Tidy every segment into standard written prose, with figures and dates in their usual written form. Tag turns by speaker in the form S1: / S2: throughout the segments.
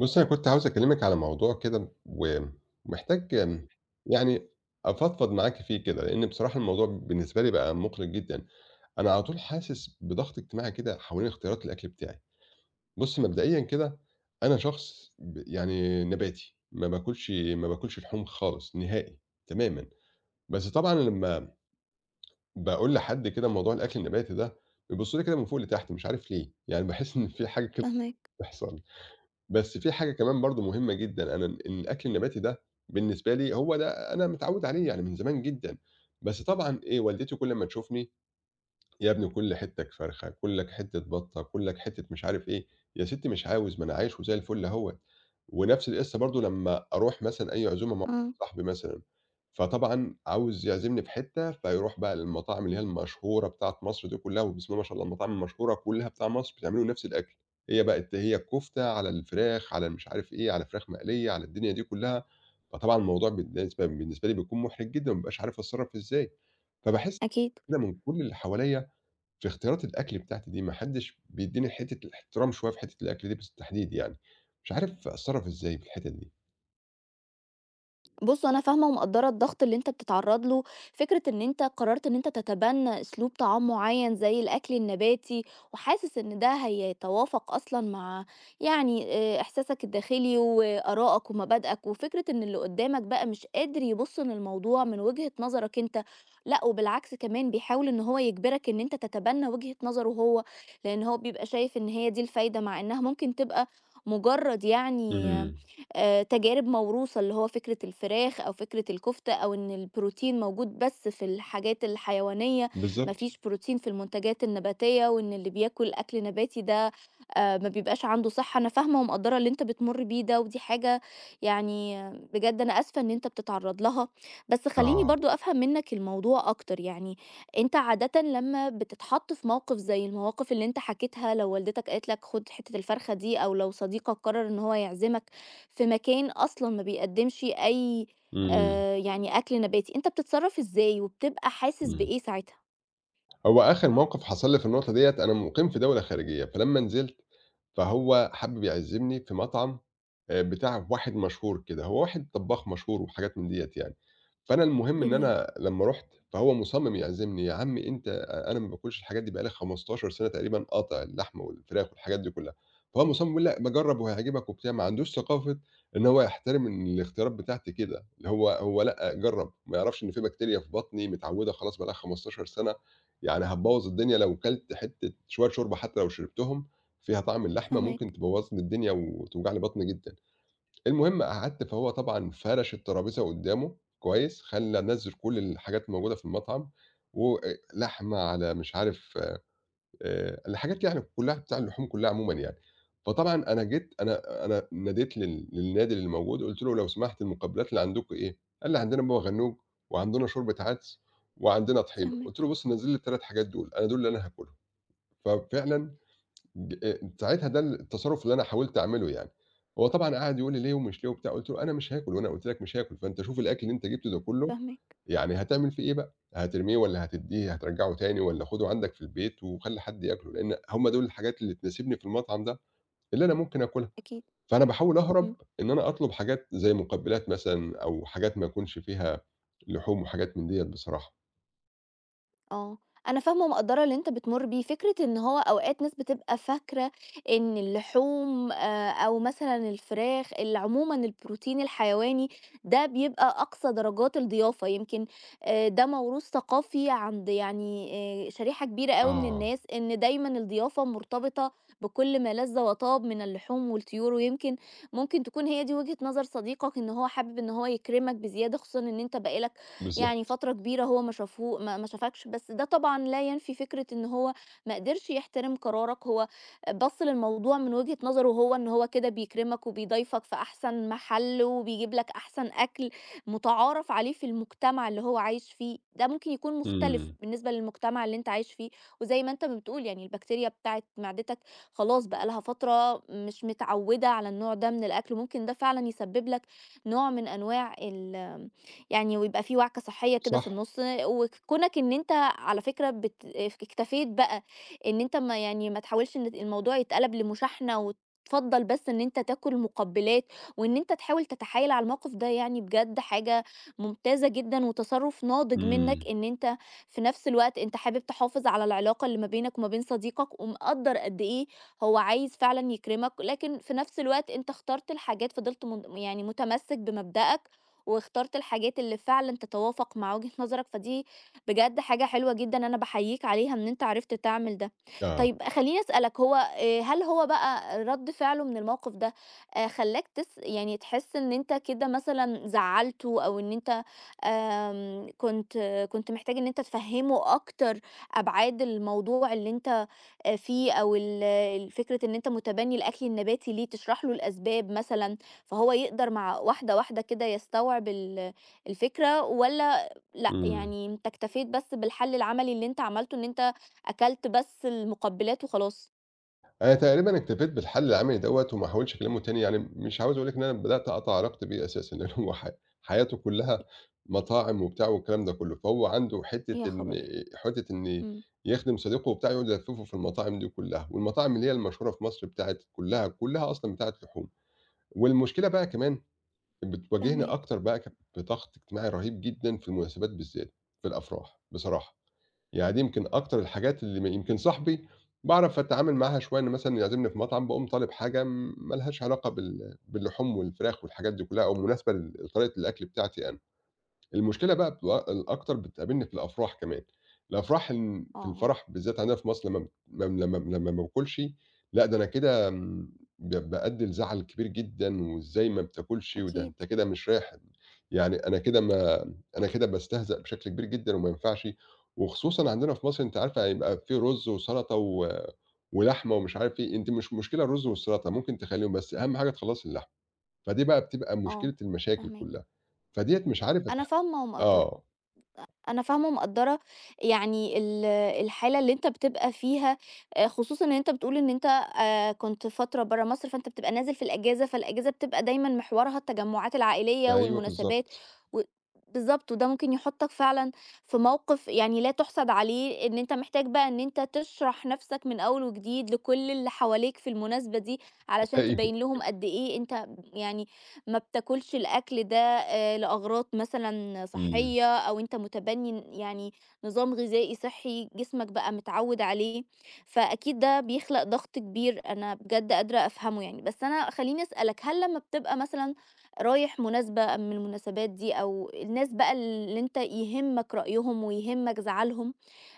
S1: بُصّي، أنا كنت عاوز أكلمِك على موضوع كده ومحتاج آمم، يعني أفضفض معاكِ فيه كده، لإن بصراحة الموضوع بالنسبة لي بقى مُقلِق جدًا. أنا على طول حاسس بضغط اجتماعي كده حوالين اختيارات الأكل بتاعي. بُصّي، مبدئيًا كده أنا شخص ب يعني نباتي، ما باكلش لحوم خالص نهائي تمامًا. بس طبعًا لمّا باقول لحد كده موضوع الأكل النباتي ده، بيبصوا لي كده من فوق لتحت مش عارف ليه، يعني باحس إن في حاجة كده
S2: فاهماك،
S1: بتحصل. بس في حاجة كمان برضه مهمة جدًا، أنا الأكل النباتي ده بالنسبة لي هو ده أنا متعوّد عليه يعني من زمان جدًا. بس طبعًا إيه والدتي كل أمّا تشوفني: يا ابني كل حتّك فرخة، كُلّك حتّة بَطّة، كُلّك حتّة مش عارف إيه، يا ستّي مش عاوز، ما أنا عايش وزي الفل أهوّة. ونفْس القِصّة برضه لمّا أروح مثلًا أي عزومة مع
S2: آه،
S1: صاحبي مثلًا، فطبعًا عاوز يعزمني في حتّة فيروح بقى للمطاعم اللي هي المشهورة بتاعة مصر دي كلّها، وبسم الله ما شاء الله المطاعم المشهورة كلّها بتاع مصر بتعملوا نفْس الأكل. هي بقت هي الكفتة، على الفراخ، على المش عارف إيه، على فراخ مقلية، على الدنيا دي كلّها. فطبعًا الموضوع بالنسبة لي بيكون مُحرِج جدًا، ما بابقاش عارف أتصرّف إزاي. فباحس
S2: أكيد.
S1: كده من كل اللي حواليّا في اختيارات الأكل بتاعتي دي ما حدش بيدّيني حتّة الاحترام شوية في حتّة الأكل دي بالتحديد يعني، مش عارف أتصرّف إزاي في الحتت دي.
S2: بُص، أنا فاهمة ومقدّرة الضغط اللي أنت بتتعرّض له، فكرة إن أنت قررت إن أنت تتبنى أسلوب طعام معيّن زي الأكل النباتي، وحاسس إن ده هيتوافق أصلًا مع يعني إحساسك الداخلي وآرائك ومبادئك، وفكرة إن اللي قدّامك بقى مش قادر يبُص للموضوع من وجهة نظرك أنت، لأ وبالعكس كمان بيحاول إن هو يجبرك إن أنت تتبنى وجهة نظره هو، لإن هو بيبقى شايف إن هي دي الفايدة، مع إنها ممكن تبقى مجرّد يعني
S1: إمم،
S2: تجارب موروثة، اللي هو فكرة الفراخ أو فكرة الكفتة أو إن البروتين موجود بس في الحاجات الحيوانية، ما
S1: بالضبط.
S2: فيش بروتين في المنتجات النباتية، وإن اللي بياكل أكل نباتي ده ما بيبقاش عنده صحة. أنا فاهمة ومقدّرة اللي أنت بتمُر بيه ده، ودي حاجة يعني آه، بجد أنا آسفة إن أنت بتتعرّض لها، بس خلّيني
S1: آه،
S2: برضه أفهم منّك الموضوع أكتر، يعني أنت عادةً لمّا بتتحط في موقف زي المواقف اللي أنت حكيتها، لو والدتك قالت لك خُد حتّة الفرخة دي أو لو صديقك قرر إن هو يعزمك في مكان أصلًا ما بيقدّمش أي
S1: إمم،
S2: يعني أكل نباتي، أنت بتتصرّف إزاي وبتبقى حاسس
S1: إمم.
S2: بإيه ساعتها؟
S1: هو آخر موقف حصل لي في النقطة ديّة أنا مُقيم في دولة خارجية، فلمّا نزلت فهو حابب يعزمني في مطعم بتاع واحد مشهور كده، هو واحد طبّاخ مشهور وحاجات من ديّة يعني. فأنا المهم إن
S2: جميل،
S1: أنا لمّا رُحت فهو مُصمِّم يعزمني، "يا عم أنت أنا ما باكلش الحاجات دي بقى لي 15 سَنة تقريبًا قاطع اللحمة والفراخ والحاجات دي كلّها." فهو مُصمِّم يقول لأ، "ما جرّب وهيعجبك." وبتاع، ما عندوش ثقافة إن هو يحترم إن الاختيارات بتاعتي كده، اللي هو لأ، جرّب، ما يعرفش إن في بكتيريا في بطني متعوّدة خلاص بقى لها 15 سَنة، يعني هتبوّظ الدنيا لو كلت حتّة شوية شوربة حتّى لو شربتهم فيها طعم اللحمة ممكن
S2: فاهماك،
S1: تبوّظ لي الدنيا وتوجع لي بطني جدًا. المهم قعدت، فهو طبعًا فرش الترابيزة قدّامه كويس، خلّى نزّل كل الحاجات الموجودة في المطعم و لحمة، على مش عارف الحاجات يعني كلّها بتاع اللحوم كلّها عمومًا يعني. فطبعًا أنا جيت أنا أنا ناديت للنادل اللي موجود، قُلت له: "لو سمحت المقبلات اللي عندكم إيه؟" قال لي: "عندنا بابا غنوج، وعندنا شوربة عدس، وعندنا طحينة." قُلت له:
S2: فاهماك،
S1: "بُص نزّل لي ال3 حاجات دول، أنا دول اللي أنا هاكلهم." ففعلًا ج ساعتها ده التصرُّف اللي أنا حاولت أعمله يعني. هو طبعًا قعد يقول لي: "ليه ومش ليه؟" وبتاع، قُلت له: "أنا مش هاكل وأنا قُلت لك مش هاكل، فأنت شوف الأكل اللي أنت جِبته ده كُلّه
S2: فاهماك،
S1: يعني هتعمل فيه إيه بقى، هترميه والّا هتدّيه هترجّعه تاني والّا خُده عندك في البيت وخلّي حد ياكله، لإن هم دول الحاجات اللي تناسبني في المطعم ده اللي أنا ممكن آكلها."
S2: أكيد،
S1: فأنا باحاول
S2: إمم.
S1: أهرب إن أنا أطلب حاجات زي مُقبّلات مثلًا أو حاجات ما يكونش فيها لحوم وحاجات من ديّة بصراحة.
S2: آه، أنا فاهمة ومقدّرة اللي أنت بتمُر بيه، فكرة إن هو أوقات ناس بتبقى فاكرة إن اللحوم أو مثلًا الفراخ ال عمومًا البروتين الحيواني ده بيبقى أقصى درجات الضيافة، يمكن ده موروث ثقافي عند يعني شريحة كبيرة أوي من
S1: آه،
S2: الناس، إن دايمًا الضيافة مرتبطة بكل ما لذ وطاب من اللحوم والطيور، ويمكن ممكن تكون هي دي وجهة نظر صديقك إن هو حابب إن هو يكرمك بزيادة، خصوصًا إن أنت بقى لك يعني
S1: بالضبط.
S2: فترة كبيرة هو ما شافوه ما شافكش بس ده طبعًا لا ينفي فكرة إن هو ما قدرش يحترم قرارك، هو بَص للموضوع من وجهة نظره هو إن هو كده بيكرمك وبيضايفك في أحسن محل وبيجيب لك أحسن أكل متعارف عليه في المجتمع اللي هو عايش فيه، ده ممكن يكون مختلف
S1: إمم،
S2: بالنسبة للمجتمع اللي أنت عايش فيه، وزي ما أنت ما بتقول يعني البكتيريا بتاعة معدتك خلاص بقى لها فترة مش متعودة على النوع ده من الأكل، ممكن ده فعلًا يسبب لك نوع من أنواع ال يعني ويبقى في وعكة صحية كده في
S1: صح.
S2: النُص، وكونك إن أنت على فكرة بت آه، اكتفيت بقى إن أنت ما يعني ما تحاولش إن الموضوع يتقلب لمشاحنة وتفضّل بس إن أنت تاكل مقبّلات، وإن أنت تحاول تتحايل على الموقف ده يعني بجد حاجة ممتازة جدًا، وتصرُّف ناضج
S1: إمم،
S2: منّك إن أنت في نفس الوقت أنت حابب تحافظ على العلاقة اللي ما بينك وما بين صديقك، ومقدّر قد إيه هو عايز فعلًا يكرمك، لكن في نفس الوقت أنت اخترت الحاجات فضلت من يعني متمسك بمبدأك واخترت الحاجات اللي فعلًا تتوافق مع وجهة نظرك، فدي بجد حاجة حلوة جدًا أنا باحييك عليها إن أنت عرفت تعمل ده.
S1: آه،
S2: طيب خلّيني أسألك هو هل هو بقى رَد فعله من الموقف ده خلّاك تس يعني تحس إن أنت كده مثلًا زعّلته أو إن أنت كنت كنت محتاج إن أنت تفهّمه أكتر أبعاد الموضوع اللي أنت فيه أو ال ال فكرة إن أنت متبنّي الأكل النباتي ليه، تشرح له الأسباب مثلًا، فهو يقدر مع واحدة، واحدة كده يستوعب ال الفكرة والّا لأ،
S1: إمم.
S2: يعني أنت اكتفيت بس بالحل العملي اللي أنت عملته إن أنت أكلت بس المقبلات وخلاص؟
S1: أنا تقريبًا اكتفيت بالحل العملي دوّة وما احاولش أكلمه تاني، يعني مش عاوز أقول لِك إن أنا بدأت أقطع علاقتي بيه أساسًا، لإن هو حياته كلّها مطاعم وبتاع والكلام ده كلّه، فهو عنده
S2: يا
S1: حتّة إن
S2: خبر!
S1: حتّة إن
S2: إمم،
S1: يخدم صديقه وبتاع يقعد يلفّفه في المطاعم دي كلّها، والمطاعم اللي هي المشهورة في مصر بتاعة كلّها، كلّها أصلًا بتاعة لحوم. والمشكلة بقى كمان بتواجهني
S2: فاهماك،
S1: أكتر بقى ك بضغط اجتماعي رهيب جدًا في المناسبات بالذات، في الأفراح بصراحة. يعني دي يمكن أكتر الحاجات اللي م يمكن صاحبي باعرف أتعامل معاها شوية، إن مثلًا يعزمني في مطعم باقوم طالب حاجة ما لهاش علاقة باللحوم والفراخ والحاجات دي كلّها أو مناسبة لطريقة الأكل بتاعتي أنا. المشكلة بقى بتبقى الأكتر بتقابلني في الأفراح كمان، الأفراح إن في
S2: آه،
S1: الفرح بالذات عندنا في مصر لمّا بت لم لمّا لمّا ما باكلش، لأ ده أنا كده م ب بأدّي لزعل كبير جدًا، وإزاي ما بتاكلش، وده
S2: أكيد،
S1: أنت كده مش رايح يعني. أنا كده ما أنا كده باستهزأ بشكل كبير جدًا وما ينفعش، وخصوصًا عندنا في مصر أنتِ عارفة هيبقى في رز وسلطة و ولحمة ومش عارف إيه، أنتِ مش مشكلة الرز والسلطة ممكن تخلّيهم، بس أهم حاجة تخلّصي اللحمة. فدي بقى بتبقى
S2: آه،
S1: مشكلة المشاكل
S2: فاهماك،
S1: كلّها، فديّة مش عارف
S2: أنا فاهمة ومقدّرة.
S1: آه،
S2: أنا فاهمة ومقدّرة يعني ال الحالة اللي أنت بتبقى فيها، خصوصًا إن أنت بتقول إن أنت كنت فترة برّه مصر، فأنت بتبقى نازل في الأجازة، فالأجازة بتبقى دايمًا محورها التجمعات العائلية
S1: أيوه
S2: والمناسبات
S1: بالضبط.
S2: و بالضبط، وده ممكن يحطّك فعلًا في موقف يعني لا تُحسَد عليه، إن أنت محتاج بقى إن أنت تشرح نَفْسك من أول وجديد لكل اللي حواليك في المناسبة دي، علشان
S1: أيوه،
S2: تبيّن لهم قد إيه أنت يعني ما بتاكلش الأكل ده لأغراض مثلًا
S1: إمم،
S2: صحية أو أنت متبني ن يعني نظام غذائي صحي جسمك بقى متعوّد عليه، فأكيد ده بيخلق ضغط كبير أنا بجد قادرة أفهمه يعني. بس أنا خلّيني أسألك، هل لمّا بتبقى مثلًا رايح مناسبة من المناسبات دي أو الناس بقى اللي أنت يهمك رأيهم ويهمك زعلهم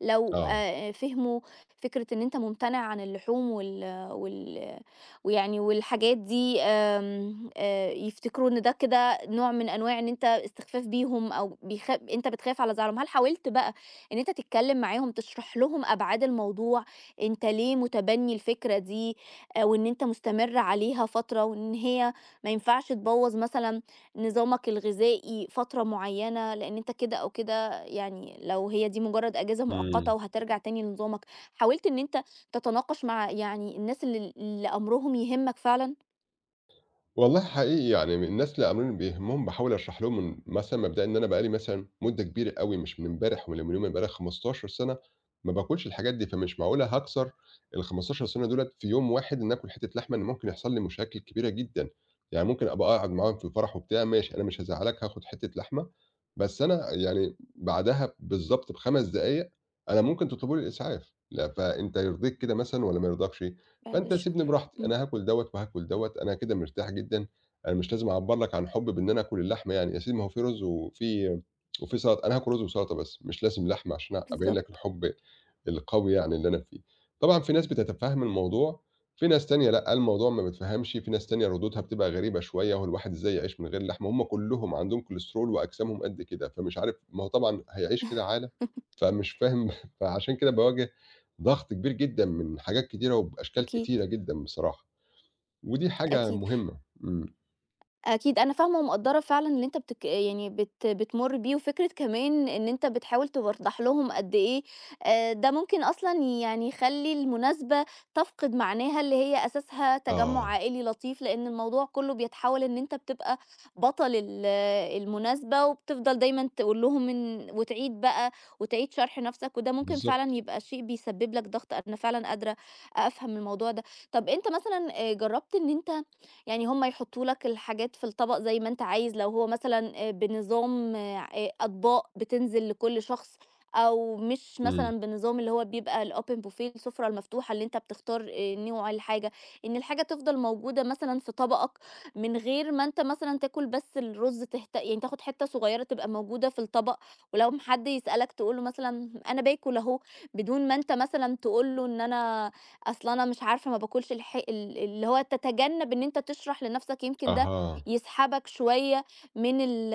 S2: لو
S1: آه،
S2: فهموا فكرة إن أنت ممتنع عن اللحوم وال وال ويعني والحاجات دي آمم يفتكروا إن ده كده نوع من أنواع إن أنت استخفاف بيهم أو بيخ أنت بتخاف على زعلهم، هل حاولت بقى إن أنت تتكلم معاهم تشرح لهم أبعاد الموضوع، أنت ليه متبني الفكرة دي وإن أنت مستمر عليها فترة وإن هي ما ينفعش تبوّظ مثلًا نظامك الغذائي فترة معيّنة لإن أنت كده أو كده يعني لو هي دي مجرد أجازة
S1: إمم.
S2: مؤقتة وهترجع تاني لنظامك، حاولت إن أنت تتناقش مع يعني الناس اللي أمرهم يهمك فعلًا؟
S1: والله حقيقي يعني من الناس اللي أمرني بيهمهم باحاول أشرح لهم من مثلًا مبدئيًا إن أنا بقى لي مثلًا مدة كبيرة أوي مش من امبارح ولا من يومين، بقى لي 15 سنة ما باكلش الحاجات دي، فمش معقولة هاكسر ال15 سنة دُولة في يوم واحد إن آكل حتة لحمة، إن ممكن يحصل لي مشاكل كبيرة جدًا. يعني ممكن أبقى قاعد معاهم في الفرح وبتاع ماشي، أنا مش هازعّلك هاخد حتة لحمة، بس أنا يعني بعدها بالضبط ب5 دقايق أنا ممكن تطلبوا لي الإسعاف، لأ فأنت يرضيك كده مثلًا والّا ما يرضكش؟
S2: بعد
S1: فأنت
S2: الشر،
S1: سيبني براحتي،
S2: إمم،
S1: أنا هاكل دوّة وهاكل دوّة، أنا كده مرتاح جدًا، أنا مش لازم أعبّر لك عن حُبّي بإن أنا آكل اللحمة يعني، يا سيدي ما هو في رز وفي وفي سلطة، أنا هاكل رز وسلطة بس، مش لازم لحمة عشان أبيّن لك
S2: بالضبط،
S1: الحُب القوي يعني اللي أنا فيه. طبعًا في ناس بتتفهّم الموضوع، في ناس تانية لأ، الموضوع ما بيتفهمش، في ناس تانية ردودها بتبقى غريبة شوية، هو الواحد إزاي يعيش من غير لحمة؟ هم كلّهم عندهم كوليسترول وأجسامهم قد كده، فمش عارف، ما هو طبعًا هيعيش كده عالة، فمش فاهم. فعشان كده باواجه ضغط كبير جدًا من حاجات كتيرة وبأشكال
S2: أكيد.
S1: كتيرة جدًا بصراحة، ودي حاجة
S2: أكيد.
S1: مهمة. إمم.
S2: أكيد أنا فاهمة ومقدّرة فعلًا اللي أنت بتك يعني بت بتمُر بيه، وفكرة كمان إن أنت بتحاول توضّح لهم قد إيه ده ممكن أصلًا يعني يخلّي المناسبة تفقد معناها اللي هي أساسها تجمُّع
S1: آه،
S2: عائلي لطيف، لإن الموضوع كُلّه بيتحوّل إن أنت بتبقى بطل ال المناسبة، وبتفضل دايمًا تقول لهم إن وتعيد بقى وتعيد شرح نَفْسك، وده ممكن فعلًا
S1: بالضبط.
S2: يبقى شيء بيسبب لك ضغط، أنا فعلًا قادرة أفهم الموضوع ده. طَب أنت مثلًا جرّبت إن أنت يعني هم يحطوا لك الحاجات في الطبق زي ما أنت عايز لو هو مثلًا بنظام أطباق بتنزل لكل شخص، أو مش
S1: إمم.
S2: مثلًا بنظام اللي هو بيبقى الopen buffet السفرة المفتوحة اللي أنت بتختار نوع الحاجة، إن الحاجة تفضل موجودة مثلًا في طبقك من غير ما أنت مثلًا تاكل بس الرز تهت يعني تاخد حتة صغيرة تبقى موجودة في الطبق، ولو م حد يسألك تقول له مثلًا أنا باكل أهو، بدون ما أنت مثلًا تقول له إن أنا أصل أنا مش عارفة ما باكلش الح ال اللي هو تتجنب إن أنت تشرح لنفسك يمكن ده
S1: أها.
S2: يسحبك شوية من ال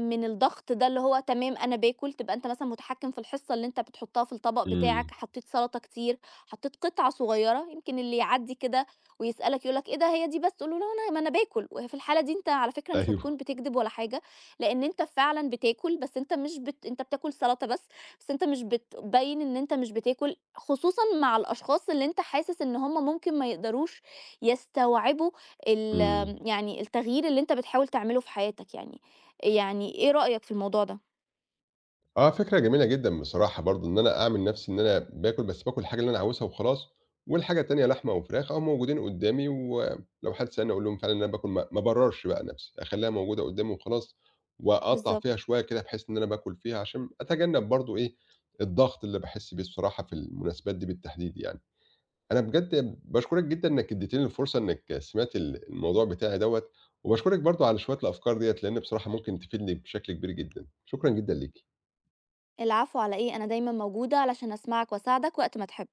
S2: من الضغط ده اللي هو تمام أنا باكل، تبقى أنت مثلًا متحكم في الحصة اللي أنت بتحطها في الطبق
S1: إمم.
S2: بتاعك، حطيت سلطة كتير، حطيت قطعة صغيرة، يمكن اللي يعدّي كده ويسألك يقول لك: "إيه ده هي دي بس؟" تقول له: "لا أنا ما أنا باكل." وفي الحالة دي أنت على فكرة مش هتكون
S1: أيوه.
S2: بتكدب ولا حاجة، لأن أنت فعلًا بتاكل، بس أنت مش بت أنت بتاكل سلطة بس. بس أنت مش بتبيّن إن أنت مش بتاكل، خصوصًا مع الأشخاص اللي أنت حاسس إن هم ممكن ما يقدروش يستوعبوا ال
S1: إمم.
S2: يعني التغيير اللي أنت بتحاول تعمله في حياتك يعني. يعني إيه رأيك في الموضوع ده؟
S1: آه، فكرة جميلة جدًا بصراحة برضه إن أنا أعمل نَفْسي إن أنا باكل، بس باكل الحاجة اللي أنا عاوزها وخلاص. والحاجة التانية لحمة وفراخ أهو موجودين قدّامي، ولو حد سألني أقول لهم فعلًا إن أنا باكل، ما ابرّرش بقى نَفْسي، أخلّيها موجودة قدّامي وخلاص، وأقطّع فيها
S2: بالضبط.
S1: شوية كده بحيث إن أنا باكل فيها عشان أتجنّب برضه إيه، الضغط اللي باحس بيه الصراحة في المناسبات دي بالتحديد يعني. أنا بجد باشكرك جدًا إنك اديتيني الفرصة إنك سمعت الموضوع بتاعي دوّة، وباشكرك برضه على شوية الأفكار ديّة، لإن بصراحة ممكن تفيدني بشكل كبير جدًا، شكرًا جدًا ليكِ.
S2: العفو على إيه، أنا دايمًا موجودة علشان أسمعك وأساعدك وقت ما تحب.